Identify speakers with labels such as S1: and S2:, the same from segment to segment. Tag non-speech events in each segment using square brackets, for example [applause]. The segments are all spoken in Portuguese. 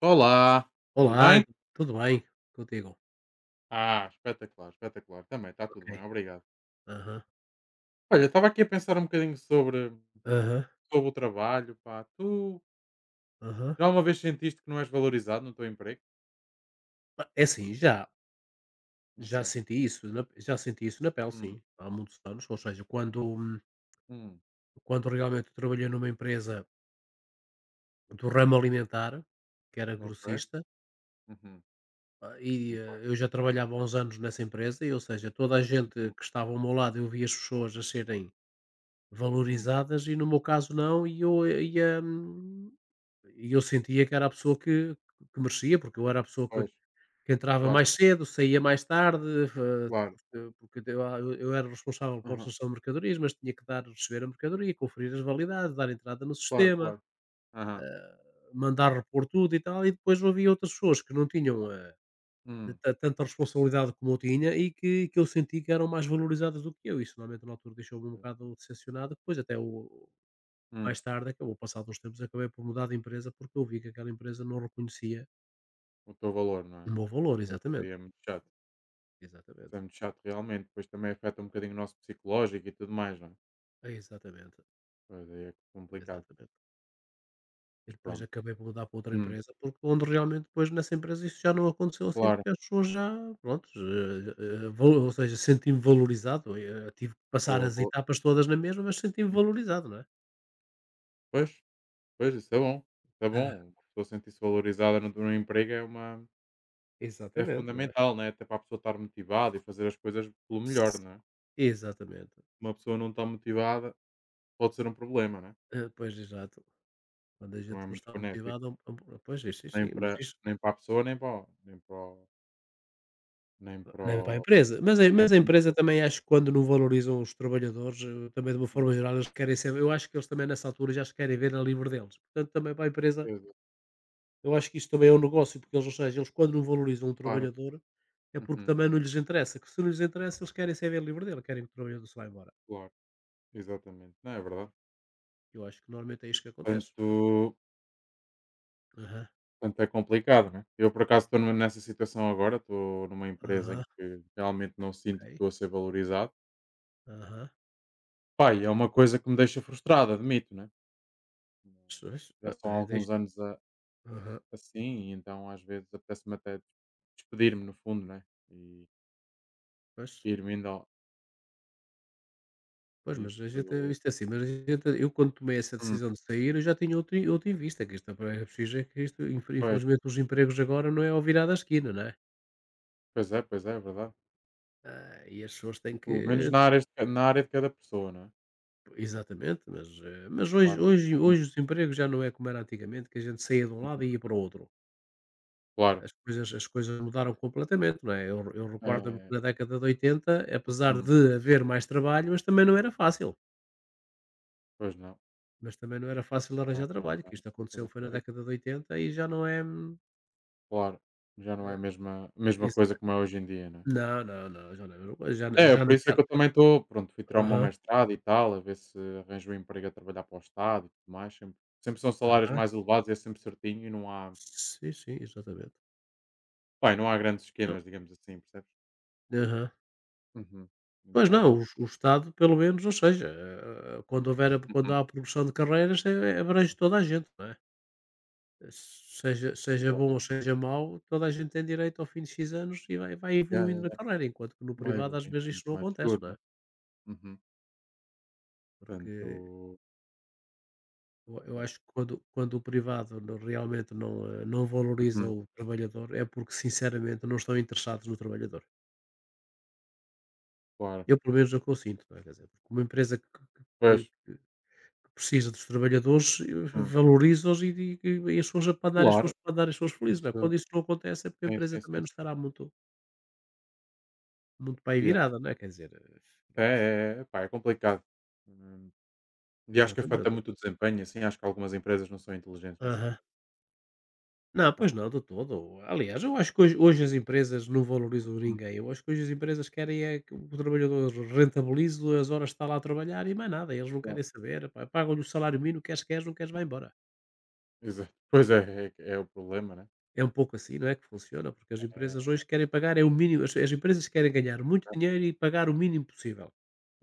S1: Olá, tudo
S2: Olá,
S1: bem?
S2: tudo bem? Contigo?
S1: Ah, espetacular, espetacular. Também está
S2: Ok.
S1: tudo bem, obrigado.
S2: Aham,
S1: Olha, estava aqui a pensar um bocadinho sobre,
S2: aham,
S1: sobre o trabalho, pá. Tu
S2: aham.
S1: já uma vez sentiste que não és valorizado no teu emprego?
S2: Ah, é assim,
S1: Ok.
S2: já senti isso na pele,
S1: Hum,
S2: sim, há muitos anos, ou seja,
S1: hum,
S2: quando realmente trabalhei numa empresa do ramo alimentar, que era
S1: ok.
S2: grossista,
S1: Uhum, muito bem.
S2: eu já trabalhava há uns anos nessa empresa, e, ou seja, toda a gente
S1: Hum,
S2: que estava ao meu lado, eu via as pessoas a serem
S1: hum,
S2: valorizadas e, no meu caso, não, e eu sentia que era a pessoa que merecia, porque eu era a pessoa que
S1: pois,
S2: Que entrava
S1: claro,
S2: mais cedo, saía mais tarde,
S1: claro.
S2: porque eu era responsável pela
S1: Aham,
S2: recepção de mercadorias, mas tinha que dar receber a mercadoria, conferir as validades, dar entrada no
S1: claro,
S2: sistema,
S1: claro. Aham.
S2: mandar repor tudo e tal, e depois havia outras pessoas que não tinham, eh,
S1: Hum,
S2: ta tanta responsabilidade como eu tinha e que eu senti que eram mais valorizadas do que eu. Isso normalmente na altura deixou-me um bocado decepcionado, depois até o mais
S1: hum,
S2: tarde acabou passado uns tempos, acabei por mudar de empresa, porque eu vi que aquela empresa não reconhecia
S1: o teu valor, não
S2: o
S1: é?
S2: meu valor.
S1: Pois, isso aí
S2: Exatamente,
S1: é muito chato.
S2: exatamente.
S1: Isso é muito chato realmente. Depois também afeta um bocadinho o nosso psicológico e tudo mais, não é?
S2: Exatamente,
S1: Pois aí é complicado.
S2: exatamente. E
S1: Mas
S2: depois
S1: pronto.
S2: acabei por mudar para outra
S1: Hum.
S2: empresa, porque onde realmente, depois, nessa empresa, isso já não aconteceu assim,
S1: Claro,
S2: porque as pessoas já, pronto, eh, eh, valo ou seja, senti-me valorizado, tive que passar
S1: vou
S2: as
S1: vou
S2: etapas todas na mesma, mas senti-me
S1: hum,
S2: valorizado, não é? [laughs]
S1: pois, pois, isso é bom, isso é
S2: Ah,
S1: bom. Uma pessoa sentir-se valorizada no emprego é uma é
S2: exatamente, não é?
S1: fundamental, né, até para a pessoa estar motivada e fazer as coisas pelo melhor,
S2: Ps-
S1: né.
S2: Exatamente.
S1: Uma pessoa não está motivada pode ser um problema, né?
S2: Ah, pois, exato. Quando a
S1: Não
S2: gente
S1: é
S2: não
S1: muito
S2: está
S1: benéfico,
S2: motivado, pois, sim, sim,
S1: nem
S2: sim, mas
S1: para
S2: isso
S1: nem para a pessoa, nem para o nem para o nem para
S2: não é para a
S1: o
S2: empresa. Mas,
S1: nem
S2: a
S1: para a
S2: empresa
S1: empresa.
S2: também, acho que quando não valorizam os trabalhadores, também, de uma
S1: Uhum,
S2: forma geral, eles querem ser, eu acho que eles também nessa altura já se querem ver a livre deles. Portanto, também para a empresa.
S1: exa
S2: Eu acho que isso também é um negócio, porque eles, ou seja, eles, quando não valorizam um
S1: claro.
S2: trabalhador, é porque
S1: Uhum,
S2: também não lhes interessa, que se não lhes interessa, eles querem ser bem livre dele, querem que o trabalhador se vá embora.
S1: claro, exatamente. Não, é verdade.
S2: Eu acho que normalmente é isto que acontece.
S1: Portanto,
S2: Aham,
S1: portanto, é complicado, né? Eu, por acaso, estou nessa situação agora. Estou numa empresa em
S2: aham,
S1: que realmente não sinto que
S2: ok,
S1: estou a ser valorizado.
S2: aham.
S1: Pai, é uma coisa que me deixa frustrado, admito, né?
S2: Pois,
S1: Já são alguns anos a-
S2: aham,
S1: assim, e então às vezes apetece-me até despedir-me, no fundo, né? E
S2: pois,
S1: ir-me indo ao...
S2: pois, mas a gente,
S1: Isso...
S2: isto é assim, eu, quando tomei essa
S1: Hum,
S2: decisão de sair, eu já tinha outro, outro em vista, que isto é é preciso, é que isto,
S1: pois,
S2: infelizmente, os empregos agora não é ao virar da esquina, não é?
S1: pois é, é verdade.
S2: Ah, e as pessoas têm
S1: Pelo menos
S2: que...
S1: na área, na área de cada pessoa, né?
S2: Exatamente, mas hoje,
S1: Claro.
S2: hoje,
S1: Hum,
S2: hoje os empregos já não é como era antigamente, que a gente saía de um lado
S1: uhum,
S2: e ia para o outro.
S1: claro.
S2: As coisas mudaram completamente, não é? Eu recordo-me
S1: É,
S2: que, na década de 80, apesar
S1: hum,
S2: de haver mais trabalho, mas também não era fácil.
S1: pois não.
S2: Mas também não era fácil
S1: Claro,
S2: arranjar
S1: não,
S2: trabalho,
S1: não,
S2: que
S1: não.
S2: isto
S1: Pois
S2: aconteceu foi na
S1: acredito.
S2: década de 80 e já não é.
S1: Claro, já não é
S2: Eh,
S1: a mesma coisa
S2: Exato.
S1: como é hoje em dia, né.
S2: Não, não, não, já não é a mesma coisa.
S1: É, é,
S2: Já
S1: por isso é que
S2: naquela.
S1: eu também estou pronto, fui tirar o meu
S2: Aham,
S1: mestrado e tal, a ver se arranjo um emprego a trabalhar para o Estado e tudo mais, sempre são salários
S2: aham.
S1: mais elevados, é sempre certinho e não há
S2: Sim, sim, exatamente.
S1: pá, não há grandes
S2: Não.
S1: esquemas, digamos assim, percebes?
S2: Aham.
S1: Uhum.
S2: Pois
S1: Então é
S2: não.
S1: bom.
S2: O Estado, pelo menos, ou seja, quando
S1: Uhum.
S2: há a progressão de carreiras, abrange toda a gente, não é? Seja bom ou
S1: Exatamente.
S2: seja mau, toda a gente tem direito ao fim de X anos e vai
S1: Yeah,
S2: evoluindo
S1: yeah,
S2: na
S1: yeah.
S2: carreira, enquanto que no
S1: Vai
S2: privado, às
S1: evoluindo, é
S2: vezes, isso
S1: muito
S2: não
S1: mais
S2: acontece,
S1: seguro,
S2: não
S1: né.
S2: é?
S1: Uhum.
S2: Porque
S1: Portanto,
S2: eu
S1: é.
S2: acho que quando o privado, não realmente não, não valoriza
S1: Uhum.
S2: o trabalhador, é porque, sinceramente, não estão interessados no trabalhador.
S1: Claro.
S2: Eu, pelo menos, é o que eu sinto, não é? Quer dizer, porque uma empresa que
S1: Pois.
S2: que que precisa dos trabalhadores,
S1: Hum.
S2: valoriza-os e di e as pessoas a para andar as
S1: Claro.
S2: pessoas para dar as pessoas felizes, não é?
S1: Isso
S2: Quando isso não acontece, é porque a
S1: sim,
S2: empresa
S1: sim,
S2: também
S1: sim,
S2: não
S1: sim.
S2: estará muito muito para aí
S1: Yeah.
S2: virada, não é? Quer dizer,
S1: É,
S2: pronto.
S1: é, é, é, pá, é complicado. Hum. E acho que afeta
S2: Exatamente.
S1: muito o desempenho, assim, acho que algumas empresas não são inteligentes nesse
S2: Aham.
S1: aspecto,
S2: Não,
S1: mas
S2: pois não, de todo. Aliás, eu acho que hoje as empresas não valorizam
S1: hum,
S2: ninguém. Eu acho que hoje as empresas querem é que o trabalhador rentabilize as horas que está lá a trabalhar e mais nada. Eles não
S1: claro,
S2: querem saber, epá, pagam-lhe o salário mínimo, queres, queres, não queres, vai embora.
S1: exato. [laughs] Pois é, é o problema, né?
S2: É um pouco assim, não é, que funciona, porque as empresas
S1: É,
S2: hoje querem pagar é o mínimo. As empresas querem ganhar muito
S1: é,
S2: dinheiro e pagar o mínimo possível.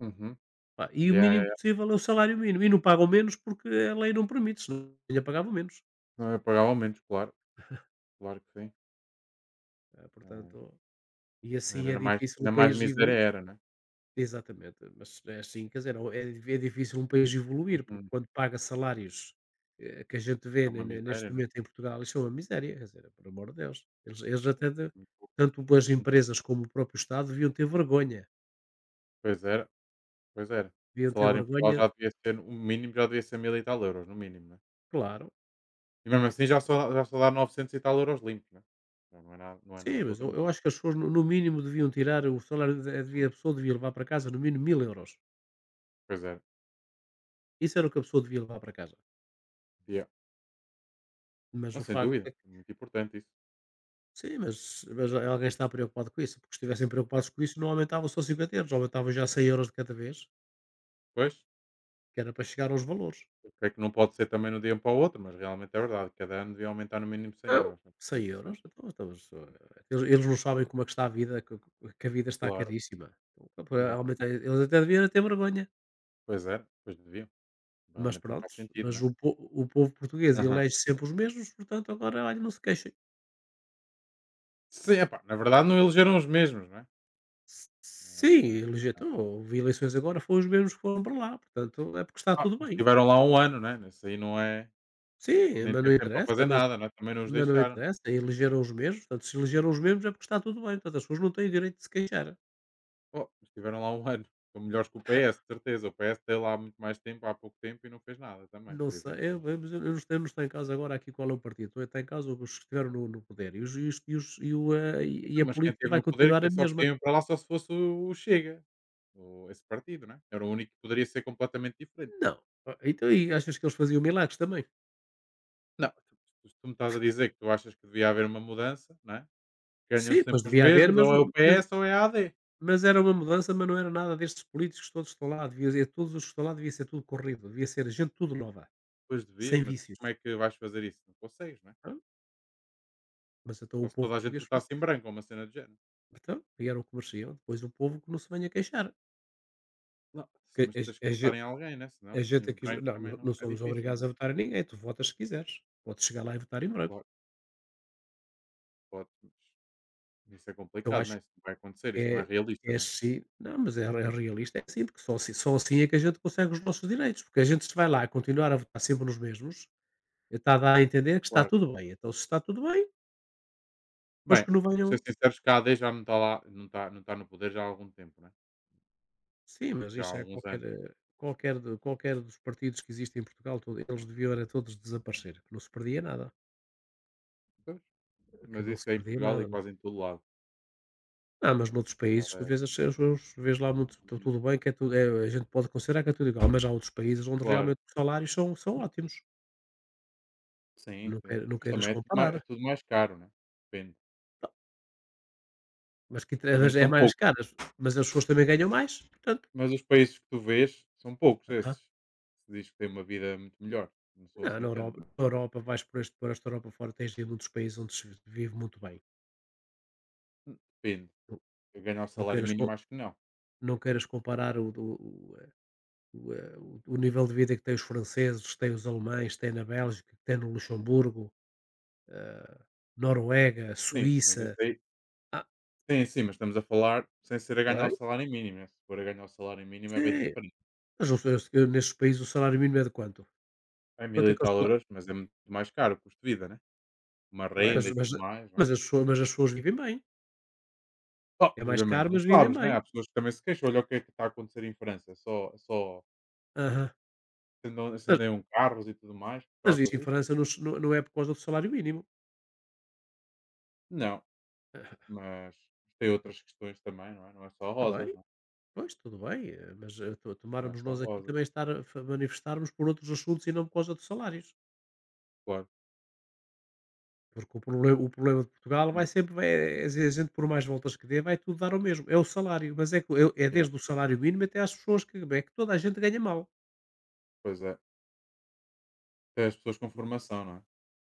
S1: uhum.
S2: Pá, e o
S1: Yeah, yeah,
S2: mínimo
S1: yeah.
S2: possível é o salário mínimo, e não pagam menos porque a lei não permite, senão ainda pagavam menos.
S1: Não é pagar aumentos, claro, claro que sim. Eh,
S2: Portanto, e assim é
S1: Era mais,
S2: difícil o
S1: ainda mais
S2: país
S1: miséria
S2: evoluir.
S1: era, né?
S2: Exatamente, mas é assim, quer dizer, ou é é difícil um país evoluir, porque
S1: Uhum.
S2: quando paga salários, que a gente
S1: É
S2: vê ne
S1: uma
S2: ne
S1: miséria,
S2: neste
S1: né?
S2: momento em Portugal, isso é uma miséria, quer dizer, por amor de Deus. Eles até de tanto as
S1: Uhum.
S2: empresas como o próprio Estado deviam ter vergonha.
S1: Pois era, pois era. O
S2: Deviam ter
S1: salário em Portugal
S2: vergonha,
S1: já devia ser, o mínimo já devia ser 1.000 e tal euros, no mínimo, né?
S2: claro.
S1: E mesmo assim já só dá 900 e tal euros limpos, né? Já não é nada, não é
S2: Sim,
S1: nada do
S2: mas eu
S1: outro
S2: eu
S1: mundo.
S2: acho que as pessoas, no mínimo, deviam tirar o salário devia
S1: Hum,
S2: a pessoa devia levar para casa, no mínimo, 1.000 euros.
S1: Pois era.
S2: Isso era o que a pessoa devia levar para casa.
S1: Yeah.
S2: Mas
S1: Não,
S2: o
S1: sem
S2: facto é
S1: dúvida,
S2: que...
S1: é muito importante isso.
S2: Sim, mas alguém está preocupado com isso? Porque, se estivessem
S1: É.
S2: preocupados com isso, não aumentavam só 50 euros, aumentavam já 100 euros de cada vez,
S1: Pois,
S2: que era para chegar aos valores.
S1: eu creio que não pode ser também no dia um para o outro, mas realmente é verdade. Cada ano devia aumentar no mínimo cem
S2: Não,
S1: euros. né? É
S2: cem
S1: interessante.
S2: euros Então, eles não sabem como é que está a vida, que a vida está
S1: Claro.
S2: caríssima. Então, para
S1: Yeah.
S2: aumentar eles até deviam era ter vergonha.
S1: Pois é, pois deviam.
S2: Mas,
S1: Realmente não faz
S2: prontos,
S1: sentido,
S2: mas
S1: né?
S2: o povo português
S1: Aham.
S2: elege sempre os mesmos. Portanto, agora, olha, não se queixem.
S1: Sim, epá, na verdade não elegeram os mesmos, né?
S2: S sim, elege então houve eleições agora, foram os mesmos que foram para lá, portanto é porque está
S1: Ah,
S2: tudo
S1: mas
S2: bem.
S1: estiveram lá um ano, né? Isso aí não é.
S2: Sim,
S1: Nem
S2: mas não
S1: teve tempo para
S2: interessa,
S1: fazer
S2: mas
S1: nada, né? Também não os
S2: mas não
S1: deixaram.
S2: interessa, elegeram os mesmos, portanto, se elegeram os mesmos, é porque está tudo bem, portanto as pessoas não têm o direito de se queixar.
S1: Oh, mas estiveram lá um [laughs] ano. São melhores que o PS, de certeza. O PS teve lá muito mais tempo, há pouco tempo, e não fez nada também,
S2: Não
S1: por
S2: sei,
S1: exemplo, né?
S2: eu não estou em casa agora aqui qual é o partido, estou está em casa os que estiveram no poder e os e os e os e o, eh, e a
S1: Mas quem
S2: política
S1: esteve
S2: vai
S1: no poder
S2: continuar
S1: que
S2: a
S1: é só
S2: mesma.
S1: podiam ir para lá só se fosse o Chega, o esse partido, né, era o único que poderia ser completamente diferente.
S2: Não. Então e achas que eles faziam milagres também?
S1: Não, se tu me estás a dizer que tu achas que devia haver uma mudança, né? É, ganham
S2: Sim,
S1: sempre
S2: pois
S1: os
S2: devia haver,
S1: mesmos, ou é o
S2: mas
S1: PS ou é a AD.
S2: mas era uma mudança, mas não era nada destes políticos todos que estão lá, devia ser todos os que estão lá devia ser tudo corrido, devia ser gente tudo nova,
S1: Pois devia,
S2: sem
S1: mas
S2: vícios.
S1: como é que vais fazer isso? Não consegues, né? É?
S2: Pronto, mas então
S1: Só
S2: o
S1: se
S2: povo
S1: toda a gente
S2: português começou.
S1: votasse em branco ou uma cena do género.
S2: Então, vieram o que mereciam, depois o povo que não se venha queixar,
S1: Não,
S2: que
S1: mas tens que votar em alguém, né,
S2: a
S1: senão
S2: gente
S1: em
S2: aqui
S1: branco
S2: não, não,
S1: também não
S2: não
S1: é
S2: somos
S1: difícil,
S2: obrigados
S1: né?
S2: a votar em ninguém. Tu votas se quiseres, podes chegar lá e votar em branco.
S1: Claro, podes, mas isso é
S2: Eu
S1: complicado,
S2: acho
S1: né,
S2: que
S1: isso não vai acontecer, isso não é
S2: é
S1: realista,
S2: é
S1: né?
S2: assim, não, mas é realista, é assim, porque só assim, só assim é que a gente consegue os nossos direitos, porque a gente, se vai lá continuar a votar sempre nos mesmos, está a dar a entender que está
S1: Claro.
S2: tudo bem. Então, se está tudo bem, depois
S1: Bem,
S2: que não
S1: temos
S2: venham.
S1: de ser sinceros que a AD já não está lá, não está no poder já há algum tempo, né,
S2: Sim, mas
S1: já há
S2: isso é
S1: alguns
S2: qualquer,
S1: anos.
S2: qualquer dos partidos que existem em Portugal, eles deviam era todos desaparecer, que não se perdia nada.
S1: Pois,
S2: Que
S1: mas
S2: não se
S1: isso é em
S2: perdia
S1: Portugal e
S2: nada, né?
S1: quase em todo lado.
S2: Ah, mas noutros países tu
S1: Eh,
S2: vês, vês lá muito,
S1: uhum,
S2: tudo bem, que é tudo, é, a gente pode considerar que é tudo igual, mas há outros países onde
S1: claro.
S2: realmente os salários são ótimos.
S1: Sim,
S2: Não,
S1: sim, sim,
S2: não
S1: mas
S2: queiras
S1: também é tudo
S2: comparar.
S1: mai é tudo mais caro, né, depende.
S2: Não.
S1: Também
S2: Mas é
S1: são
S2: mais
S1: poucos,
S2: caras, mas as pessoas também ganham mais, portanto.
S1: mas os países que tu vês são poucos esses, se diz que têm uma vida muito melhor, não são
S2: Não,
S1: assim tanto.
S2: Na Europa vais por, por esta Europa fora, tens aí muitos países onde se vive muito bem.
S1: Depende,
S2: Não,
S1: eu ganhar o
S2: não
S1: salário
S2: queiras,
S1: mínimo
S2: co-
S1: acho que não.
S2: não queiras comparar o, do- o, eh, o, eh, o nível de vida que têm os franceses, têm os alemães, têm na Bélgica, têm no Luxemburgo, eh, Noruega,
S1: Sim, mas isso
S2: Suíça.
S1: aí
S2: Ah,
S1: sim, sim, mas estamos a falar sem ser a ganhar o
S2: bem,
S1: salário mínimo, né, se for a ganhar o salário mínimo é bem
S2: sim.
S1: diferente.
S2: Mas não sei, nestes países o salário mínimo é de quanto?
S1: É mil
S2: Quanto é
S1: e
S2: que é o
S1: tal
S2: salário?
S1: euros, mas é muito mais caro o custo de vida, né? Uma
S2: Bem,
S1: renda e tudo mais, né?
S2: as pessoas vivem bem.
S1: Oh,
S2: É mais
S1: obviamente,
S2: caro,
S1: não
S2: mas vivem
S1: sabes,
S2: bem.
S1: né? Há pessoas que também se queixam, olha o que é que está a acontecer em França, só, só
S2: Aham.
S1: acendam,
S2: Mas,
S1: acendeiam carros e tudo mais por
S2: mas
S1: causa
S2: isso em
S1: disso.
S2: França não, não, não é por causa do salário mínimo.
S1: Não,
S2: [laughs]
S1: mas tem outras questões também, não é? Não é só
S2: Ah, tá
S1: rosas,
S2: bem.
S1: não é?
S2: Pois, tudo bem, mas
S1: Não é
S2: tomarmos
S1: só
S2: nós aqui
S1: rosas,
S2: também estar manifestarmos por outros assuntos e não por causa dos salários.
S1: claro.
S2: Porque o problema, de Portugal vai
S1: Hum,
S2: sempre, vai, a gente, por mais voltas que dê, vai tudo dar o mesmo. É o salário, mas é, que é
S1: yeah,
S2: desde o salário mínimo até às pessoas que, é que toda a gente ganha mal.
S1: pois é. Tem as pessoas com formação, não é?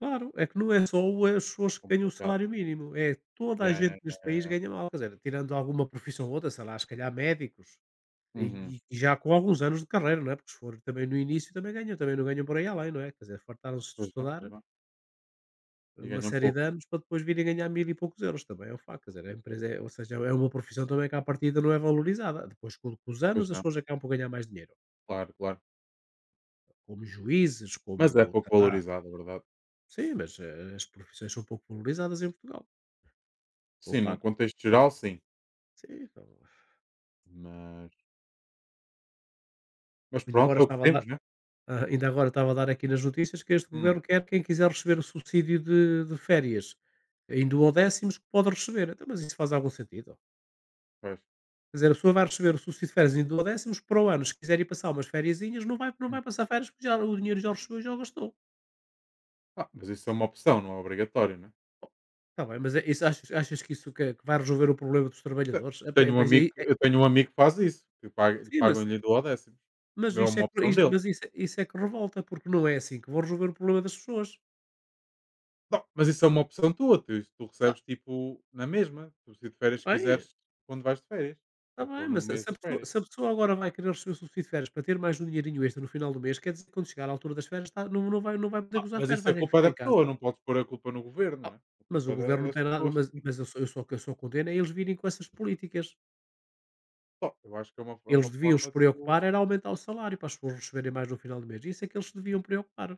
S2: Claro, é que não é só as pessoas que ganham o
S1: Complicado.
S2: salário mínimo, é toda a
S1: Yeah,
S2: gente
S1: yeah, yeah,
S2: neste
S1: yeah,
S2: país
S1: yeah.
S2: ganha mal. Quer dizer, tirando alguma profissão ou outra, sei lá, se calhar médicos,
S1: Uhum.
S2: e já com alguns anos de carreira, não é? Porque se for também no início também ganham, também não ganham por aí além, não é? Quer dizer, fartaram-se de
S1: Pois não,
S2: estudar
S1: pois não. E
S2: uma
S1: ganham
S2: série
S1: pouco,
S2: de
S1: não
S2: anos
S1: é?
S2: para depois virem ganhar mil e poucos euros, também é um facto, quer dizer, a empresa é ou seja, é uma profissão também que à partida não é valorizada, depois com os
S1: Pois
S2: anos as
S1: não,
S2: pessoas acabam por ganhar mais dinheiro,
S1: claro, claro.
S2: como juízes,
S1: Mas é
S2: como
S1: pouco
S2: sei
S1: valorizado, é verdade.
S2: sim, mas, as profissões são pouco valorizadas em Portugal, é um
S1: Sim, num
S2: facto.
S1: contexto geral, sim.
S2: Sim, então
S1: Mas mas
S2: ainda agora
S1: pronto, é o que
S2: estava a dar
S1: temos, né?
S2: ainda agora estava a dar aqui nas notícias que este
S1: Hum,
S2: governo quer quem quiser receber o subsídio de férias em duodécimos que pode receber, então mas isso faz algum sentido?
S1: pois.
S2: Quer dizer, a pessoa vai receber o subsídio de férias décimos para o ano, se quiser ir passar umas fériasinhas, não vai não
S1: Hum.
S2: vai passar férias, porque já o dinheiro já recebeu e já o gastou.
S1: Ah, mas isso é uma opção, não é obrigatório, né?
S2: Oh, está bem, mas é isso achas que isso que vai resolver o problema dos
S1: Até
S2: trabalhadores? É pa
S1: tenho um
S2: mas aí
S1: amigo que-
S2: é
S1: eu tenho um amigo que faz isso, que
S2: sim, mas
S1: pagam-lhe do ao décimo. É uma opção dele.
S2: isso é que revolta, porque não é assim que vão resolver o problema das pessoas.
S1: Não, mas isso é uma opção tua, tu isso tu
S2: Ah,
S1: recebes, tipo, na mesma, tu se de férias
S2: está bem,
S1: quiseres quando vais de férias,
S2: tá
S1: ou
S2: bem,
S1: pôr
S2: mas
S1: no
S2: se
S1: mês
S2: se a
S1: das
S2: pessoa
S1: férias.
S2: se a pessoa agora vai querer receber o subsídio de férias para ter mais um dinheirinho extra no final do mês, quer dizer que quando chegar à altura das férias está não vai poder
S1: Ah,
S2: gozar
S1: mas
S2: férias,
S1: isso
S2: vai
S1: é
S2: ter que
S1: culpa
S2: ficar
S1: da
S2: em
S1: pessoa,
S2: casa.
S1: não podes pôr a culpa no governo,
S2: Ah,
S1: né? A
S2: mas
S1: culpa
S2: o
S1: é da é
S2: governo não
S1: das
S2: tem nada
S1: pessoas.
S2: mas mas eu só que eu só condeno é eles virem com essas políticas.
S1: Só, eu acho que é
S2: Eles
S1: uma
S2: deviam se
S1: forma de tu
S2: preocupar era aumentar o salário para as pessoas receberem mais no final do mês. Isso é que eles se deviam preocupar.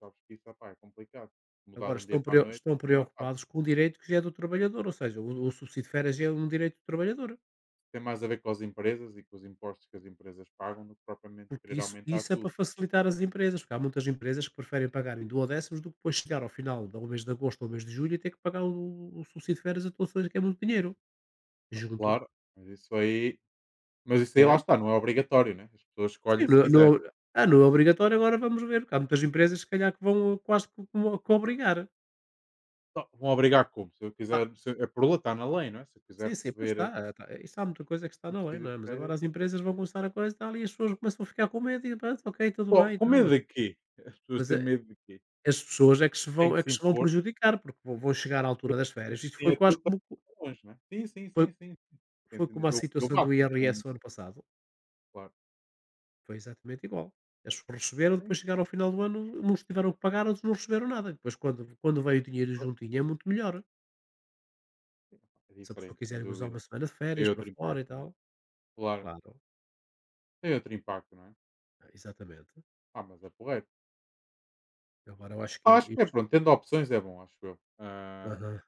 S1: sabes que isso, opá, é complicado. Mudar
S2: Agora
S1: de um dia para a noite
S2: estão
S1: não é fácil.
S2: preocupados com o direito que já é do trabalhador, ou seja, o subsídio de férias já é um direito do trabalhador,
S1: Tem mais a ver com as empresas e com os impostos que as empresas pagam do que propriamente
S2: porque
S1: querer
S2: isso
S1: aumentar
S2: isso é para
S1: tudo.
S2: facilitar as empresas, porque há muitas empresas que preferem pagar em duodécimos do que depois chegar ao final do mês de agosto ou mês de julho e ter que pagar o subsídio de férias a todos, que é muito dinheiro,
S1: Ah,
S2: junto,
S1: claro, mas isso aí mas isso aí
S2: não
S1: lá
S2: é?
S1: está, não é obrigatório, né, as pessoas
S2: Sim,
S1: escolhem se
S2: não, não.
S1: quiser.
S2: Ah, não é obrigatório, agora vamos ver, porque há muitas empresas se calhar que vão quase que como que obrigar.
S1: Então, vão obrigar como? Se eu
S2: Ah,
S1: quiser se é por lei, está na lei, não é? Se eu quiser
S2: sim, sim, pois
S1: receber eh,
S2: está, isso há muita coisa que está na lei,
S1: subsídio
S2: não
S1: de
S2: é, mas agora
S1: férias
S2: as empresas vão começar a coisa e tal e as pessoas começam a ficar com medo e pronto, ok, tudo
S1: co
S2: bem
S1: com
S2: e
S1: medo de quê? As pessoas
S2: mas a
S1: têm medo de quê?
S2: as pessoas é que se
S1: Têm
S2: vão
S1: que
S2: é
S1: se
S2: que se vão
S1: impor
S2: prejudicar, porque vão chegar à altura das férias, isto
S1: sim
S2: foi
S1: a
S2: quase
S1: tudo
S2: como co
S1: para longe, não é? Sim, sim,
S2: foi
S1: sim, sim, sim.
S2: foi como
S1: Entendeu?
S2: a
S1: Eu
S2: situação do
S1: bato-me
S2: IRS
S1: com
S2: o ano passado,
S1: claro.
S2: foi exatamente igual. As pessoas receberam,
S1: Sim,
S2: depois chegaram ao final do ano, uns tiveram que pagar, outros não receberam nada, depois quando veio o dinheiro juntinho é muito melhor.
S1: é
S2: Se a pessoa
S1: diferente, sem
S2: quiser usar
S1: dúvida.
S2: uma semana de
S1: Tem
S2: férias para
S1: outro
S2: fora e
S1: impacto, né.
S2: tal,
S1: Claro.
S2: claro,
S1: Tem outro impacto, não é?
S2: exatamente.
S1: Ah, mas é porreiro.
S2: Agora eu acho que
S1: Ah, acho
S2: ele
S1: que é,
S2: isso
S1: pronto, tendo opções é bom, acho eu. Ah,
S2: aham.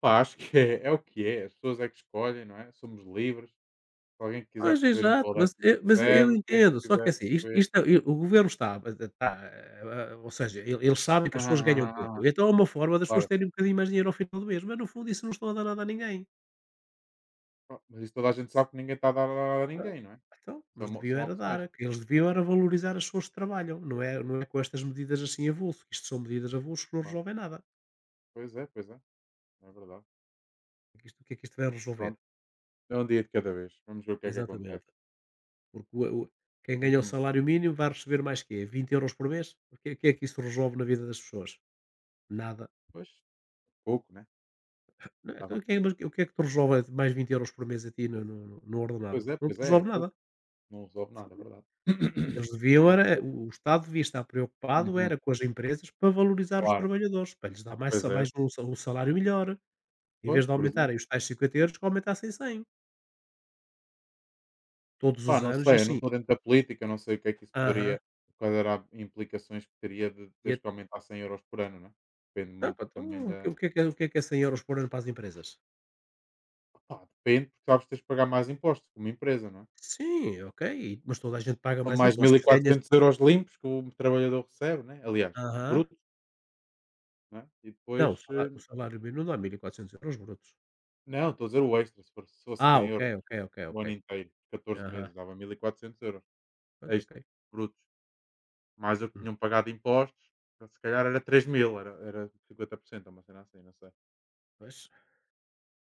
S1: pá, acho que [laughs] é, é o que é, as pessoas é que escolhem, não é? Somos livres. Se alguém quiser
S2: Pois,
S1: receber em
S2: exato, mas
S1: décimos
S2: eu
S1: recebe, quem
S2: entendo, só que
S1: quiser
S2: assim, isto
S1: receber.
S2: isto é o governo tá, ou seja, eles sabem que as pessoas
S1: Aham,
S2: ganham
S1: aham, aham,
S2: pouco, então é uma forma das pessoas
S1: claro.
S2: terem um bocadinho mais dinheiro ao final do mês, mas no fundo isso não estão a dar nada a ninguém.
S1: Ah, mas isso toda a gente sabe que ninguém está a dar nada a
S2: Ah,
S1: ninguém, não é?
S2: então,
S1: São,
S2: mas deviam
S1: são
S2: era dar,
S1: opções.
S2: que eles deviam era valorizar as pessoas que trabalham, não é com estas medidas assim a vulso, que isto são medidas avulso que não
S1: Claro.
S2: resolvem nada.
S1: Pois é, é verdade.
S2: O que é que isto o que é que isto vai resolver?
S1: Pronto, é um dia de cada vez. Vamos ver o que é que acontece.
S2: Exatamente. Porque o quem ganha o
S1: Uhum.
S2: salário mínimo vai receber mais quê? 20€ por mês? O que é que isso resolve na vida das pessoas? Nada.
S1: Pois, pouco, né?
S2: Não, então
S1: Dava...
S2: o que é que te resolve mais 20€ por mês a ti no ordenado? Não
S1: Pois
S2: te
S1: é, é
S2: resolve nada.
S1: pouco. Não resolve nada, é verdade.
S2: Eles
S1: [coughs] [clears throat]
S2: deviam
S1: Muito
S2: era
S1: pouco.
S2: o Estado devia estar preocupado
S1: Uhum.
S2: era com as empresas para valorizar os
S1: Claro,
S2: trabalhadores, para lhes dar
S1: pois
S2: mais
S1: era.
S2: um sa um salário melhor, em
S1: Pois,
S2: vez de
S1: por exemplo.
S2: aumentarem os tais 50€ que aumentassem 100 todos
S1: Pá,
S2: os
S1: não
S2: anos e
S1: sei, eu não
S2: assim.
S1: estou dentro da política, não sei o que é que isso
S2: Aham.
S1: poderia, quais eram as implicações que teria de
S2: E é
S1: teres que aumentar 100 euros por ano, não é? Depende
S2: não,
S1: muito
S2: pá,
S1: também
S2: então
S1: da.
S2: o que é 100€ por ano para as empresas?
S1: Pá, depende, porque sabes que tens de pagar mais impostos como empresa, não é?
S2: Sim, ok, mas toda a gente paga
S1: São
S2: mais
S1: mais mil
S2: impostos.
S1: e
S2: Se ganhas
S1: quatrocentos euros limpos que o trabalhador recebe, né? Aliás,
S2: aham.
S1: bruto, né? E
S2: Não,
S1: depois,
S2: o
S1: eh,
S2: salário mínimo dá 1400€ brutos.
S1: não, estou a dizer o extra, se fosse
S2: Ah,
S1: cem
S2: ok,
S1: euros
S2: ok, ok,
S1: o
S2: ok.
S1: ano inteiro, 14
S2: Aham,
S1: meses, dava 1.400€
S2: pois, ok.
S1: extra, brutos. Mais o que
S2: Hum,
S1: tinham pagado de impostos, então se calhar era 3.000 era era 50% uma cena assim, não sei,
S2: pois,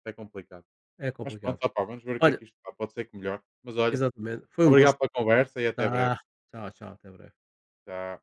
S1: é complicado.
S2: é
S1: Mas
S2: complicado.
S1: pronto, opá, vamos ver o que é
S2: Olha
S1: que isto dá, pode ser que melhor. Mas olha,
S2: exatamente, foi um gosto.
S1: obrigado pela conversa e até breve.
S2: Tá, tchau, tchau, até breve.
S1: Tchau.